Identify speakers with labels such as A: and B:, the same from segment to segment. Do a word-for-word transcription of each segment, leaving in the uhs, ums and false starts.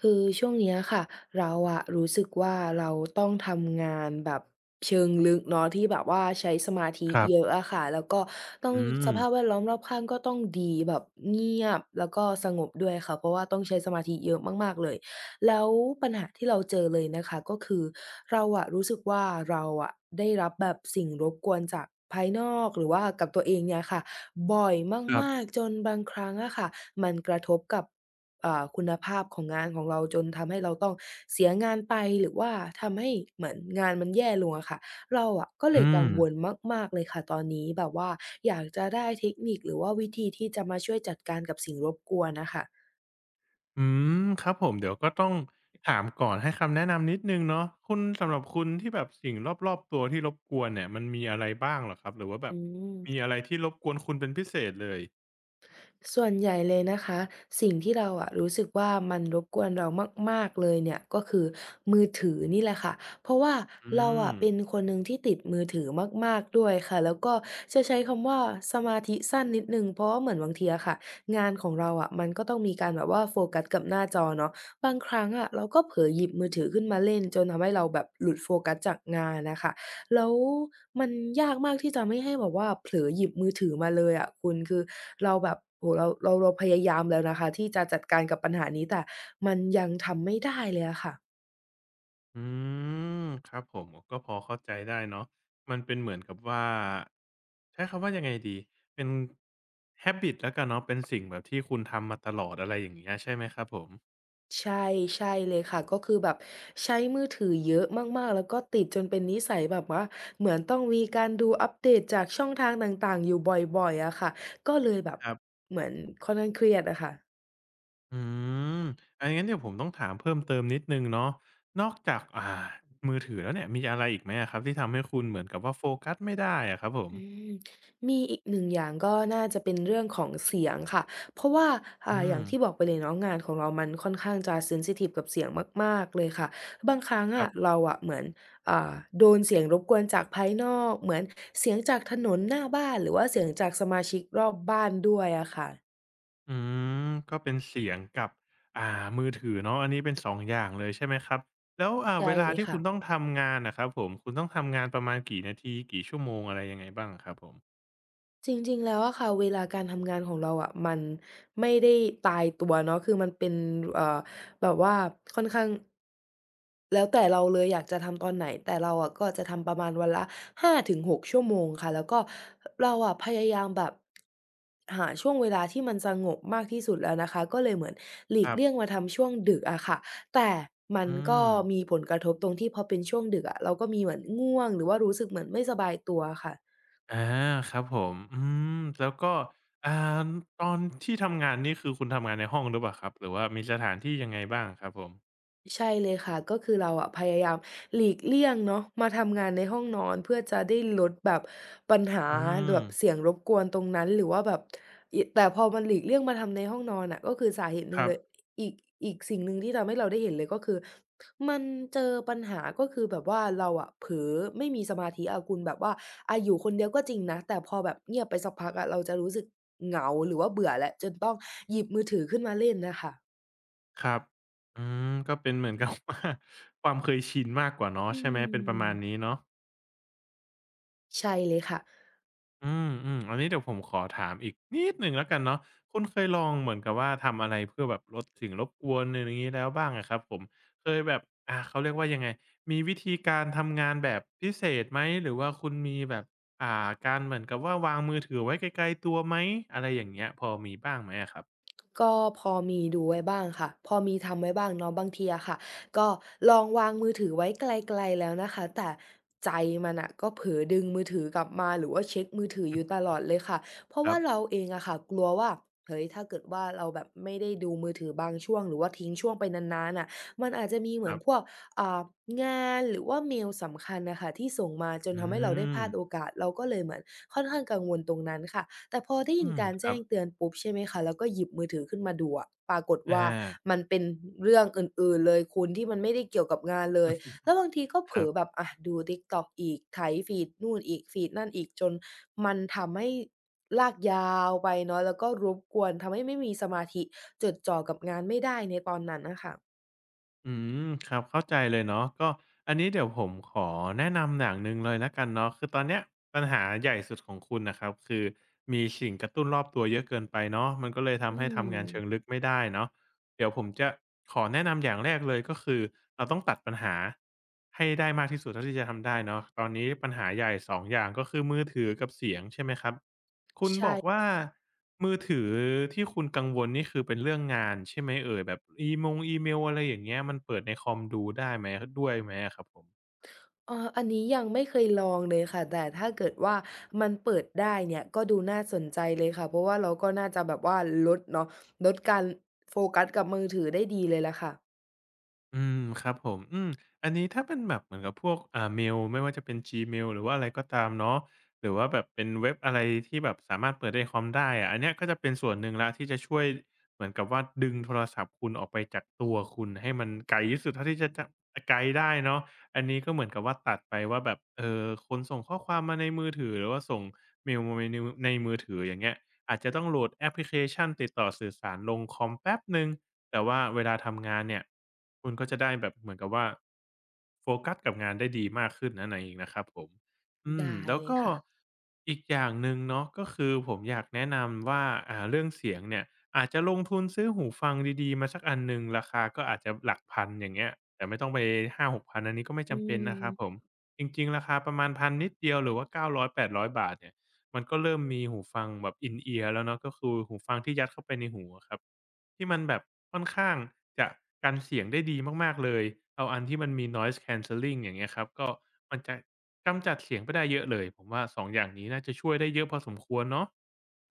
A: คือช่วงเนี้ยค่ะเราอะรู้สึกว่าเราต้องทำงานแบบเชิงลึกเนาะที่แบบว่าใช้สมาธิ
B: ครั
A: เยอะ
B: บ
A: อะค่ะแล้วก็ต้อง
B: อื
A: ส
B: ม
A: ภาพแวดล้อมรอบข้างก็ต้องดีแบบเงียบแล้วก็สงบด้วยค่ะเพราะว่าต้องใช้สมาธิเยอะมากๆเลยแล้วปัญหาที่เราเจอเลยนะคะก็คือเราอะรู้สึกว่าเราอะได้รับแบบสิ่งรบกวนจากภายนอกหรือว่ากับตัวเองเนี่ยค่ะบ่อย
B: ครั
A: มาก
B: บ
A: ๆจนบางครั้งอะค่ะมันกระทบกับ อ่าคุณภาพของงานของเราจนทำให้เราต้องเสียงานไปหรือว่าทำให้เหมือนงานมันแย่ลงอะค่ะเราอะก็เลย
B: อื
A: กั
B: ม
A: งวลมากๆเลยค่ะตอนนี้แบบว่าอยากจะได้เทคนิคหรือว่าวิธีที่จะมาช่วยจัดการกับสิ่งรบกวนน่ะค่ะ
B: อืม ครับผมเดี๋ยวก็ต้องถามก่อนให้คำแนะนำนิดหนึ่งเนาะคุณสำหรับคุณที่แบบสิ่งรอบๆตัวที่รบกวนเนี่ยมันมีอะไรบ้างเหรอครับหรือว่าแบ
A: อื
B: บมี
A: ม
B: อะไรที่รบกวนคุณเป็นพิเศษเลย
A: ส่วนใหญ่เลยนะคะสิ่งที่เราอะรู้สึกว่ามันรบกวนเรามากๆเลยเนี่ยก็คือมือถือนี่แหละค่ะเพราะว่า
B: อื
A: เราอะ
B: ม
A: เป็นคนหนึ่งที่ติดมือถือมากๆด้วยค่ะแล้วก็จะใช้คำว่าสมาธิสั้นนิดหนึ่งเพราะว่าเหมือนบางทีอะค่ะงานของเราอะมันก็ต้องมีการแบบว่าโฟกัสกับหน้าจอเนาะบางครั้งอะเราก็เผลอหยิบมือถือขึ้นมาเล่นจนทำให้เราแบบหลุดโฟกัสจากงานน่ะค่ะ แล้วมันยากมากที่จะไม่ให้แบบว่าเผลอหยิบมือถือมาเลยอะคุณคือเราแบบโอ้โฮเราเราเราพยายามแล้วนะคะที่จะจัดการกับปัญหานี้แต่มันยังทำไม่ได้เลยอะค่ะ
B: อืมครับผมก็พอเข้าใจได้เนาะมันเป็นเหมือนกับว่าใช้คำว่ายังไงดีเป็น habit แล้วกันเนาะเป็นสิ่งแบบที่คุณทำมาตลอดอะไรอย่างเงี้ยใช่ไหมครับผม
A: ใช่ใช่เลยค่ะก็คือแบบใช้มือถือเยอะมากๆแล้วก็ติดจนเป็นนิสัยแบบว่าเหมือนต้องมีการดูอัปเดตจากช่องทางต่างๆอยู่บ่อยๆอะค่ะก็เลยแบบ
B: ครับ
A: เหมือนค่อนข้างเครียดอะค่ะ
B: อืมอันงั้นเดี๋ยวผมต้องถามเพิ่มเติมนิดหนึ่งเนาะนอกจากอ่ามือถือแล้วเนี่ยมีอะไรอีกไหมอะครับที่ทำให้คุณเหมือนกับว่าโฟกัสไม่ได้อะครับผม
A: อืมมีอีกหนึ่งอย่างก็น่าจะเป็นเรื่องของเสียงค่ะเพราะว่าอ่า
B: อื
A: อ
B: ม
A: ย่างที่บอกไปเลยเนาะงานของเรามันค่อนข้างจะเซนซิทิฟกับเสียงมากๆเลยค่ะบางครั้ง
B: ครั
A: อะ
B: บ
A: เราอะเหมือนอ่าโดนเสียงรบกวนจากภายนอกเหมือนเสียงจากถนนหน้าบ้านหรือว่าเสียงจากสมาชิกรอบบ้านด้วยอะค่ะ
B: อืมก็เป็นเสียงกับอ่ามือถือเนาะอันนี้เป็นสององอย่างเลยใช่ไหมครับ แล้วอ่าเว
A: ใช่
B: ลา
A: เลย
B: ที่
A: ค่ะ
B: คุณต้องทำงานน่ะครับผมคุณต้องทำงานประมาณกี่นาทีกี่ชั่วโมงอะไรยังไงบ้างอะครับผม
A: จริงๆแล้วอะค่ะเวลาการทำงานของเราอะมันไม่ได้ตายตัวเนาะคือมันเป็นเอ่อแบบว่าค่อนข้าง แล้วแต่เราเลยอยากจะทำตอนไหนแต่เราอะก็จะทำประมาณวันละห้าถึงหกชั่วโมงค่ะแล้วก็เราอะพยายามแบบหาช่วงเวลาที่มันสงบมากที่สุดแล้วนะคะก็เลยเหมือนหลี
B: ค
A: ก
B: รั
A: เลี่ยง
B: บ
A: มาทำช่วงดึกอะค่ะแต่มัน
B: อื
A: ก็
B: ม
A: มีผลกระทบตรงที่พอเป็นช่วงดึกอะเราก็มีเหมือนง่วงหรือว่ารู้สึกเหมือนไม่สบายตัวค่ะ
B: อาครับผมอืมแล้วก็อ่าตอนที่ทำงานนี่คือคุณทำงานในห้องหรือเปล่าครับ หรือว่ามีสถานที่ยังไงบ้างครับผม
A: ใช่เลยค่ะก็คือเราอะพยายามหลีกเลี่ยงเนาะมาทำงานในห้องนอนเพื่อจะได้ลดแบบปัญหา
B: อื
A: แบ
B: ม
A: บเสียงรบกวนตรงนั้นหรือว่าแบบอิแต่พอมันหลีกเลี่ยงมาทำในห้องนอนน่ะก็คือสาเหตุห
B: ค
A: นึ่ง
B: รับ
A: เลยอีกอีกสิ่งหนึ่งที่ทำให้เราได้เห็นเลยก็คือมันเจอปัญหาก็คือแบบว่าเราอะเผลอไม่มีสมาธิอะคุณแบบว่าอาอยู่คนเดียวก็จริงนะแต่พอแบบเงียบไปสักพักอะเราจะรู้สึกเหงาหรือว่าเบื่อแล้วจนต้องหยิบมือถือขึ้นมาเล่นน่ะค่ะ
B: ครับ อืม ก็เป็นเหมือน กับว่าความเคยชินมากกว่าเนาะ
A: อื
B: ใช่ไหม เป็นประมาณนี้
A: ม
B: เนาะ
A: ใช่เลยค่ะ
B: อืมอืมอันนี้เดี๋ยวผมขอถามอีกนิดหนึ่งแล้วกันเนาะคุณเคยลองเหมือนกับว่าทำอะไรเพื่อแบบลดสิ่งรบกวนอนอย่างนี้แล้วบ้างอะครับผมเคยแบบอ่าเขาเรียกว่ายังไงมีวิธีการทำงานแบบพิเศษไหมหรือว่าคุณมีแบบอ่าการเหมือนกับว่าวางมือถือไว้ไกลๆตัวไหมอะไรอย่างเงี้ยพอมีบ้างไหมอะครับ
A: ก็พอมีดูไว้บ้างค่ะพอมีทำไว้บ้างเนาะบางทีอะค่ะก็ลองวางมือถือไว้ไกลๆแล้วนะคะแต่ใจมันน่ะก็เผลอดึงมือถือกลับมาหรือว่าเช็กมือถืออยู่ต ลอดเลยค่ะเพราะ
B: ครั
A: ว่า
B: บ
A: เราเองอะค่ะกลัวว่าเฮ้ยถ้าเกิดว่าเราแบบไม่ได้ดูมือถือบางช่วงหรือว่าทิ้งช่วงไปนานๆน่ะมันอาจจะมีเห
B: ค
A: มือน
B: รั
A: พว
B: บ
A: กอ่างานหรือว่าเมลสำคัญน่ะค่ะที่ส่งมาจน
B: อื
A: ทำให้เราได้พ
B: ม
A: ลาดโอกาสเราก็เลยเหมือนค่อนข้างกังวลตรงนั้นค่ะ แต่พอได้
B: อื
A: ยิน
B: ม
A: การ
B: ค
A: แจ้
B: รับ
A: งเตือนปุ๊บใช่ไหมคะแล้วก็หยิบมือถือขึ้นมาดูอะปรากฏว่า
B: อา
A: มันเป็นเรื่องอื่นๆเลยคุณที่มันไม่ได้เกี่ยวกับงานเลยแล้วบางทีก็เผ
B: ค
A: ล
B: รั
A: อ
B: บ
A: แบบอะดู TikTok อีกไถฟีดนู่นอีกฟีดนั่นอีกจนมันทำให้ลากยาวไปเนาะแล้วก็รบกวนทำให้ไม่มีสมาธิจดจ่อกับงานไม่ได้ในตอนนั้นน่ะค่ะ
B: อืมครับเข้าใจเลยเนาะก็อันนี้เดี๋ยวผมขอแนะนำอย่างหนึ่งเลยแล้วกันเนาะคือตอนเนี้ยปัญหาใหญ่สุดของคุณนะครับคือมีสิ่งกระตุ้นรอบตัวเยอะเกินไปเนาะมันก็เลย
A: อื
B: ทำให้
A: ม
B: ทำงานเชิงลึกไม่ได้เนาะเดี๋ยวผมจะขอแนะนำอย่างแรกเลยก็คือเราต้องตัดปัญหาให้ได้มากที่สุดเท่าที่จะทำได้เนาะตอนนี้ปัญหาใหญ่สององอย่างก็คือมือถือกับเสียงใช่ไหมครับ คุณบอก
A: ใช่
B: ว่ามือถือที่คุณกังวลนี่คือเป็นเรื่องงานใช่ไหมเอ่ยแบบอีมงอีเมลอะไรอย่างเงี้ยมันเปิดในคอมดูได้ไหมด้วยไหมอะครับผม
A: เอออันนี้ยังไม่เคยลองเลยค่ะ แต่ถ้าเกิดว่ามันเปิดได้เนี่ยก็ดูน่าสนใจเลยค่ะ เพราะว่าเราก็น่าจะแบบว่าลดเนาะลดการโฟกัสกับมือถือได้ดีเลยล่ะค่ะ
B: อืมครับผมอืมอันนี้ถ้าเป็นแบบเหมือนกับพวกอ่าเมลไม่ว่าจะเป็น จีเมล หรือว่าอะไรก็ตามเนาะหรือว่าแบบเป็นเว็บอะไรที่แบบสามารถเปิดในคอมได้อะอันเนี้ยก็จะเป็นส่วนหนึ่งแล้วที่จะช่วยเหมือนกับว่าดึงโทรศัพท์คุณออกไปจากตัวคุณให้มันไกลที่สุดเท่าที่จะจะไกลได้เนาะอันนี้ก็เหมือนกับว่าตัดไปว่าแบบเอ่อคนส่งข้อความมาในมือถือหรือว่าส่งเมลมาในในมือถืออย่างเงี้ย อาจจะต้องโหลดแอปพลิเคชันติดต่อสื่อสารลงคอมแป๊บหนึ่งแต่ว่าเวลาทำงานเนี่ยคุณก็จะได้แบบเหมือนกับว่าโฟกัสกับงานได้ดีมากขึ้นนัในเองนะครับผมอืม
A: ได้
B: แล้ว
A: เลย
B: ก็
A: ค่ะ
B: อีกอย่างหนึ่งเนาะก็คือผมอยากแนะนำว่าอ่าเรื่องเสียงเนี่ยอาจจะลงทุนซื้อหูฟังดีๆมาสักอันหนึ่งราคาก็อาจจะหลักพันอย่างเงี้ยแต่ไม่ต้องไป5้าหกพันอันนี้ก็ไม่
A: อื
B: จำเป็นนะครับผ
A: ม
B: มจริงๆราคาประมาณพันนิดเดียวหรือว่าเก้าร้อยแปดร้อยบาทเนี่ย มันก็เริ่มมีหูฟังแบบ อินเอียร์ แล้วเนาะก็คือหูฟังที่ยัดเข้าไปในหูอะครับที่มันแบบค่อนข้างจะกันเสียงได้ดีมากๆเลยเอาอันที่มันมี นอยส์แคนเซลลิง อย่างเงี้ยครับก็มันจะกำจัดเสียงไปได้เยอะเลยผมว่าสององอย่างนี้น่าจะช่วยได้เยอะพอสมควรเนาะ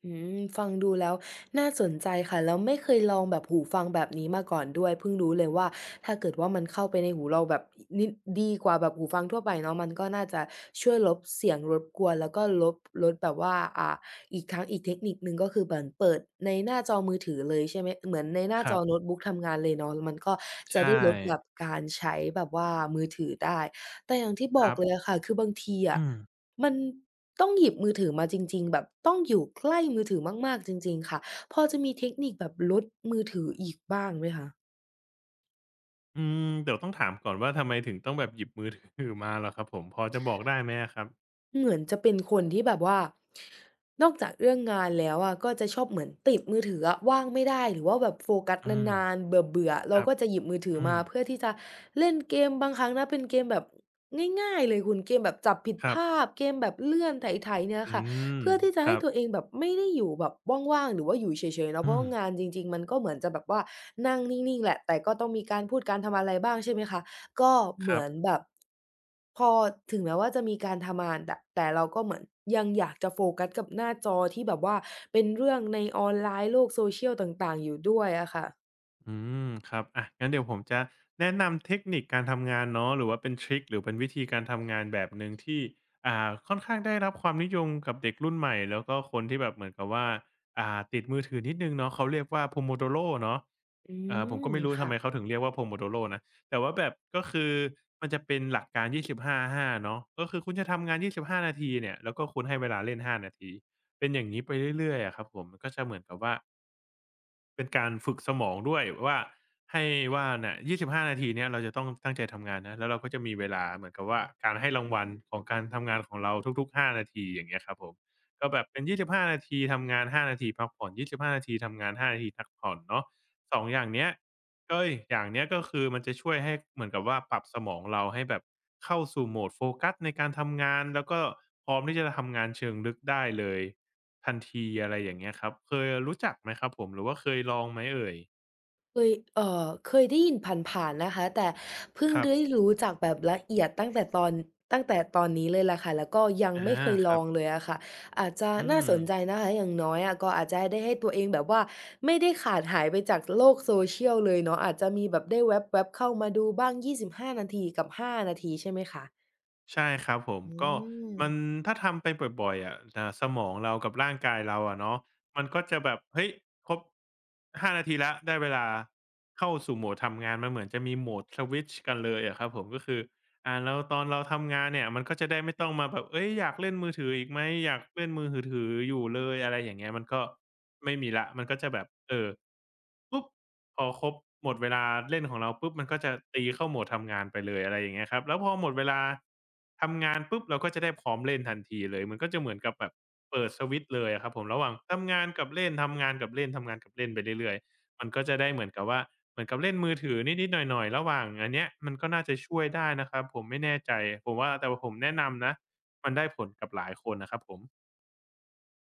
A: อืมฟังดูแล้วน่าสนใจค่ะแล้วไม่เคยลองแบบหูฟังแบบนี้มาก่อนด้วยเพิ่งรู้เลยว่าถ้าเกิดว่ามันเข้าไปในหูเราแบบนิดดีกว่าแบบหูฟังทั่วไปเนาะมันก็น่าจะช่วยลบเสียงรบกวนแล้วก็ลบลดแบบว่าอ่าอีกทั้งอีกเทคนิคหนึ่งก็คือเหมือนเปิดในหน้าจอมือถือเลยใช่ไหมเหมือนในหน้า
B: ค
A: จ
B: รั
A: อโน้
B: บ
A: ตบุ๊กทำงานเลยเนาะแล้วมันก็จะ
B: ใช่
A: ได้ลดแบบการใช้แบบว่ามือถือได้แต่อย่างที่บ
B: ค
A: อ
B: รั
A: ก
B: บ
A: เลยอะค่ะคือบางทีอะ
B: อืม
A: มันต้องหยิบมือถือมาจริงๆแบบต้องอยู่ใกล้มือถือมากๆจริงๆค่ะพอจะมีเทคนิคแบบลดมือถืออีกบ้างไหมคะ
B: อืมเดี๋ยวต้องถามก่อนว่าทำไมถึงต้องแบบหยิบมือถือมาเหรอครับผมพอจะบอกได้ไหมอะครับ
A: เหมือนจะเป็นคนที่แบบว่านอกจากเรื่องงานแล้วอะก็จะชอบเหมือนติดมือถืออะว่างไม่ได้หรือว่าแบบโฟกัส
B: อืม
A: นานๆเบื่อๆ
B: ค
A: เรา
B: รับ
A: ก็จะหยิบมือถือ
B: อื
A: มา
B: ม
A: เพื่อที่จะเล่นเกมบางครั้งนะเป็นเกมแบบง่ายๆเลยคุณเกมแบบจับผิด
B: ครั
A: ภา
B: บ
A: พเกมแบบเลื่อนไถๆเนี่ย
B: อื
A: ค่ะ
B: ม
A: เพื่อที่จะ
B: ค
A: ให้
B: รับ
A: ตัวเองแบบไม่ได้อยู่แบบว่างๆหรือว่าอยู่เฉยๆเนาะเพ
B: อื
A: ราะ
B: ม
A: ว่างานจริงๆมันก็เหมือนจะแบบว่านั่งนิ่งๆแหละแต่ก็ต้องมีการพูดการทำอะไรบ้างใช่ไหมคะ ก็
B: ค
A: เห
B: รั
A: มือ
B: บ
A: นแบบพอถึงแม้ว่าจะมีการทำงานแต่แต่เราก็เหมือนยังอยากจะโฟกัสกับหน้าจอที่แบบว่าเป็นเรื่องในออนไลน์โลก social ต่างๆอยู่ด้วยอะค่ะ
B: อืมครับอะงั้นเดี๋ยวผมจะแนะนำเทคนิคการทำงานเนาะหรือว่าเป็นทริคหรือเป็นวิธีการทำงานแบบหนึ่งที่อ่าค่อนข้างได้รับความนิยมกับเด็กรุ่นใหม่แล้วก็คนที่แบบเหมือนกับว่าอ่าติดมือถือนิดนึงเนาะเขาเรียกว่า Pomodoro เนาะ
A: อื
B: เอ่อผม
A: ม
B: ก็ไม่รู้ทำ
A: ค่ะ
B: ไมเขาถึงเรียกว่า Pomodoro นะแต่ว่าแบบก็คือมันจะเป็นหลักการยี่สิบห้าต่อห้าเนาะก็คือคุณจะทำงานยี่สิบห้านาทีเนี่ยแล้วก็คุณให้เวลาเล่นห้านาทีเป็นอย่างนี้ไปเรื่อยๆอะครับผมมันก็จะเหมือนกับว่า เป็นการฝึกสมองด้วยว่าให้ว่าเนี่ยยี่สิบห้า นาทีเนี้ยเราจะต้องตั้งใจทำงานนะแล้วเราก็จะมีเวลาเหมือนกับว่าการให้รางวัลของการทำงานของเราทุกๆ ห้า นาทีอย่างเงี้ยครับผมก็แบบเป็นยี่สิบห้า นาทีทำงาน ห้า นาทีพักผ่อน ยี่สิบห้า นาทีทำงาน ห้านาทีพักผ่อนเนาะสองอย่างเนี้ยเอ๊ยอย่างเนี้ยก็คือมันจะช่วยให้เหมือนกับว่าปรับสมองเราให้แบบเข้าสู่โหมดโฟกัสในการทำงานแล้วก็พร้อมที่จะทำงานเชิงลึกได้เลย ทันทีอะไรอย่างเงี้ยครับเคยรู้จักไหมครับผมหรือว่าเคยลองไหมเอ่ย
A: เคยเอ่อเคยได้ยินผ่านๆนะคะแต่เพิ่ง
B: ครับ
A: ได้รู้จักแบบละเอียดตั้งแต่ตอนตั้งแต่ตอนนี้เลยล่ะค่ะแล้วก็ยัง
B: อา
A: ไม่เคย
B: ค
A: ล
B: รั
A: อ
B: บ
A: งเลยอะค่ะอาจจะ
B: อื
A: น่า
B: ม
A: สนใจนะคะอย่างน้อยอะก็อาจจะได้ให้ตัวเองแบบว่าไม่ได้ขาดหายไปจากโลก social เลยเนาะอาจจะมีแบบได้แว็บๆเข้ามาดูบ้างยี่สิบห้านาทีกับห้านาทีใช่ไหมคะ
B: ใช่ครับผม
A: อื
B: ก็
A: ม
B: มันถ้าทำไปบ่อยๆอะอ่าสมองเรากับร่างกายเราอะเนาะมันก็จะแบบเฮ้ยครบห้านาทีแล้วได้เวลาเข้าสู่โหมดทำงานมันเหมือนจะมีโหมดสวิตช์กันเลยอะครับผมก็คือ อ่าแล้วตอนเราทำงานเนี่ยมันก็จะได้ไม่ต้องมาแบบเอ้ยอยากเล่นมือถืออีกไหมอยากเล่นมือถืออยู่เลยอะไรอย่างเงี้ยมันก็ไม่มีละมันก็จะแบบเออปุ๊บพอครบหมดเวลาเล่นของเราปุ๊บมันก็จะตีเข้าโหมดทำงานไปเลยอะไรอย่างเงี้ยครับแล้วพอหมดเวลาทำงานปุ๊บเราก็จะได้พร้อมเล่นทันทีเลยมันก็จะเหมือนกับแบบเปิดสวิตช์เลยอะครับผมระหว่างทำงานกับเล่นทำงานกับเล่นทำงานกับเล่นไปเรื่อยๆ มันก็จะได้เหมือนกับว่าเหมือนกับเล่นมือถือนิดๆหน่อยๆระหว่างอันเนี้ยมันก็น่าจะช่วยได้นะครับผมไม่แน่ใจผมว่าแต่ว่าผมแนะนำนะมันได้ผลกับหลายคนนะครับผม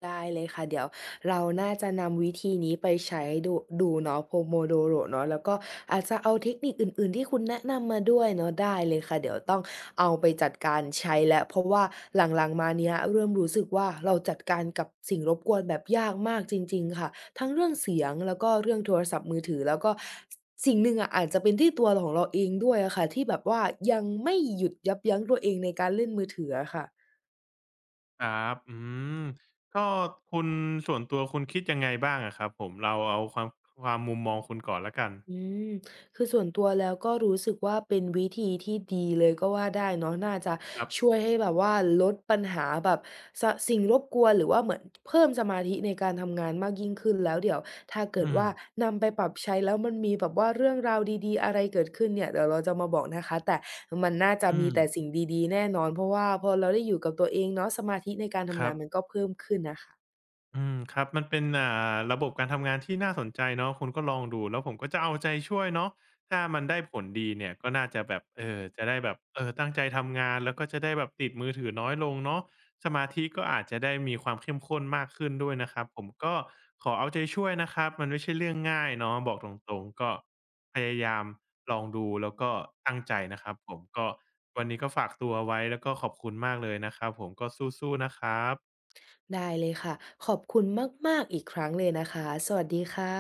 A: ได้เลยค่ะเดี๋ยวเราน่าจะนำวิธีนี้ไปใช้ดูดูเนาะ Pomodoro เนาะแล้วก็อาจจะเอาเทคนิคอื่นๆที่คุณแนะนำมาด้วยเนาะได้เลยค่ะเดี๋ยวต้องเอาไปจัดการใช้แล้วเพราะว่าหลังๆมาเนี้ยเริ่มรู้สึกว่าเราจัดการกับสิ่งรบกวนแบบยากมากจริงๆค่ะทั้งเรื่องเสียงแล้วก็เรื่องโทรศัพท์มือถือแล้วก็สสิ่งหนึ่งอะอาจจะเป็นที่ตัวของเราเองด้วยอะค่ะที่แบบว่ายังไม่หยุดยับยั้งตัวเองในการเล่นมือถืออะค่ะ
B: ครับอืมก็คุณส่วนตัวคุณคิดยังไงบ้างอะครับผมเราเอาความความมุมมองคุณก่อนแล้วกัน
A: อืมคือส่วนตัวแล้วก็รู้สึกว่าเป็นวิธีที่ดีเลยก็ว่าได้เนาะน่าจะ
B: ครั
A: ช่
B: บ
A: วยให้แบบว่าลดปัญหาแบบสะสิ่งรบกวนหรือว่าเหมือนเพิ่มสมาธิในการทำงานมากยิ่งขึ้นแล้วเดี๋ยวถ้าเกิด
B: อืม
A: ว่านำไปปรับใช้แล้วมันมีแบบว่าเรื่องราวดีๆอะไรเกิดขึ้นเนี่ยเดี๋ยวเราจะมาบอกนะคะแต่มันน่าจะ
B: อื
A: มี
B: ม
A: แต่สิ่งดีๆแน่นอนเพราะว่าพอเราได้อยู่กับตัวเองเนาะสมาธิในการ
B: ค
A: ทำ
B: รั
A: งา
B: บ
A: นมันก็เพิ่มขึ้นน่ะค่ะ
B: อืมครับมันเป็นอ่าระบบการทำงานที่น่าสนใจเนาะคุณก็ลองดูแล้วผมก็จะเอาใจช่วยเนาะถ้ามันได้ผลดีเนี่ยก็น่าจะแบบเออจะได้แบบเออตั้งใจทำงานแล้วก็จะได้แบบติดมือถือน้อยลงเนาะสมาธิก็อาจจะได้มีความเข้มข้นมากขึ้นด้วยนะครับผมก็ขอเอาใจช่วยนะครับมันไม่ใช่เรื่องง่ายเนาะบอกตรงๆก็พยายามลองดูแล้วก็ตั้งใจนะครับผมก็วันนี้ก็ฝากตัวไว้แล้วก็ขอบคุณมากเลยนะครับผมก็สู้ๆนะครับ
A: ได้เลยค่ะขอบคุณมากๆอีกครั้งเลยนะคะสวัสดีค่ะ